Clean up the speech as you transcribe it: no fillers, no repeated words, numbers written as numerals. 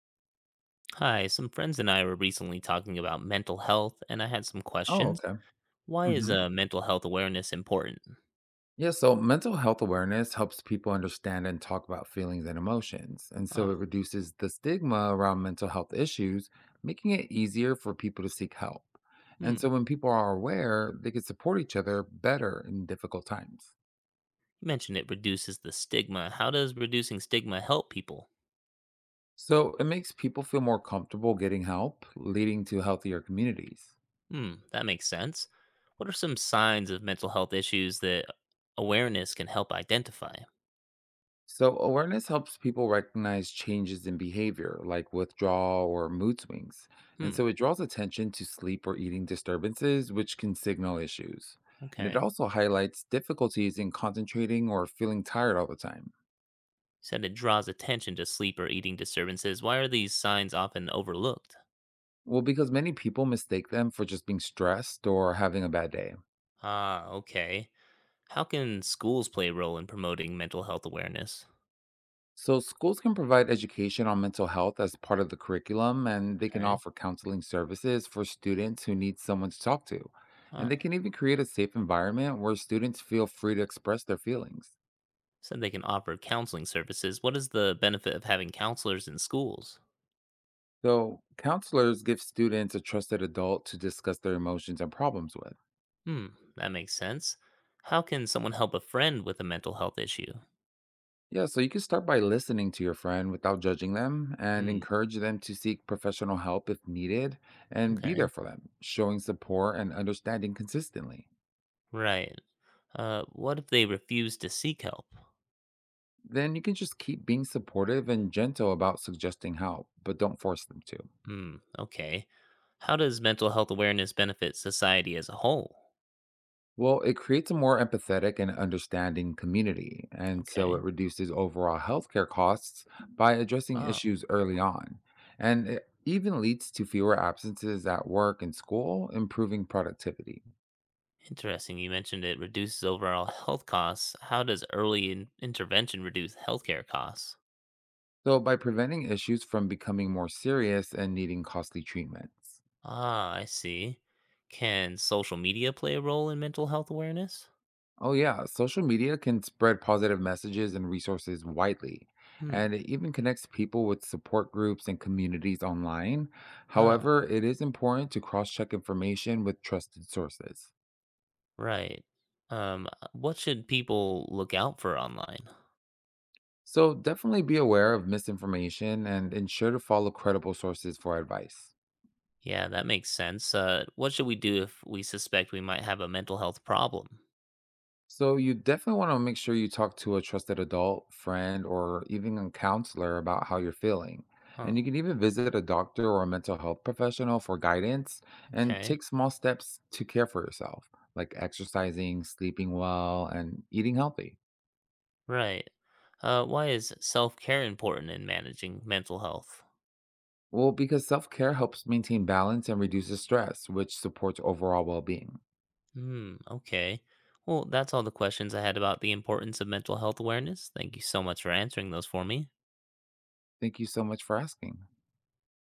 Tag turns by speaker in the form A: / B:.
A: Hi, some friends and I were recently talking about mental health, and I had some
B: Oh,
A: questions.
B: okay.
A: Why is
B: hmm
A: mental health awareness important?
B: Yeah. So mental health awareness helps people understand and talk about feelings and emotions. And so
A: Ah,
B: it reduces the stigma around mental health issues, making it easier for people to seek help. And
A: hmm.
B: so when people are aware, they can support each other better in difficult times.
A: You mentioned it reduces the stigma. How does reducing stigma help people?
B: So it makes people feel more comfortable getting help, leading to healthier communities.
A: Hmm, that makes sense. What are some signs of mental health issues that awareness can help identify?
B: So, awareness helps people recognize changes in behavior like withdrawal or mood swings. And
A: Hmm,
B: so, it draws attention to sleep or eating disturbances, which can signal issues. And it
A: okay.
B: also highlights difficulties in concentrating or feeling tired all the time.
A: You said it draws attention to sleep or eating disturbances. Why are these signs often overlooked?
B: Well, because many people mistake them for just being stressed or having a bad day.
A: Ah, okay. How can schools play a role in promoting mental health awareness?
B: So, schools can provide education on mental health as part of the curriculum, and they can
A: Okay.
B: offer counseling services for students who need someone to talk to. And they
A: Ah,
B: can even create a safe environment where students feel free to express their feelings.
A: said they can offer counseling services. What is the benefit of having counselors in schools?
B: So, counselors give students a trusted adult to discuss their emotions and problems with.
A: Hmm, that makes sense. How can someone help a friend with a mental health issue?
B: Yeah, so you can start by listening to your friend without judging them and
A: Hmm,
B: encourage them to seek professional help if needed, and be there
A: okay.
B: for them, showing support and understanding consistently.
A: Right. What if they refuse to seek help?
B: Then you can just keep being supportive and gentle about suggesting help, but don't force them to.
A: Hmm, okay. How does mental health awareness benefit society as a whole?
B: Well, it creates a more empathetic and understanding community, and so
A: Okay.
B: it reduces overall healthcare costs by addressing
A: Oh,
B: issues early on. And it even leads to fewer absences at work and school, improving productivity.
A: interesting. You mentioned it reduces overall health costs. How does early intervention reduce healthcare costs?
B: So, by preventing issues from becoming more serious and needing costly treatments.
A: Ah, I see. Can social media play a role in mental health awareness?
B: Oh, yeah. Social media can spread positive messages and resources widely,
A: Hmm.
B: and it even connects people with support groups and communities online.
A: Ah,
B: However, it is important to cross check information with trusted sources.
A: right. What should people look out for online?
B: So, definitely be aware of misinformation and ensure to follow credible sources for advice.
A: Yeah, that makes sense. What should we do if we suspect we might have a mental health problem?
B: So you definitely want to make sure you talk to a trusted adult, friend, or even a counselor about how you're feeling. And you
A: Oh,
B: can even visit a doctor or a mental health professional for guidance and
A: okay.
B: take small steps to care for yourself, like exercising, sleeping well, and eating healthy.
A: Right. Why is self care important in managing mental health?
B: Well, because self care helps maintain balance and reduces stress, which supports overall well being.
A: Hmm, okay. Well, that's all the questions I had about the importance of mental health awareness. Thank you so much for answering those for me.
B: Thank you so much for asking.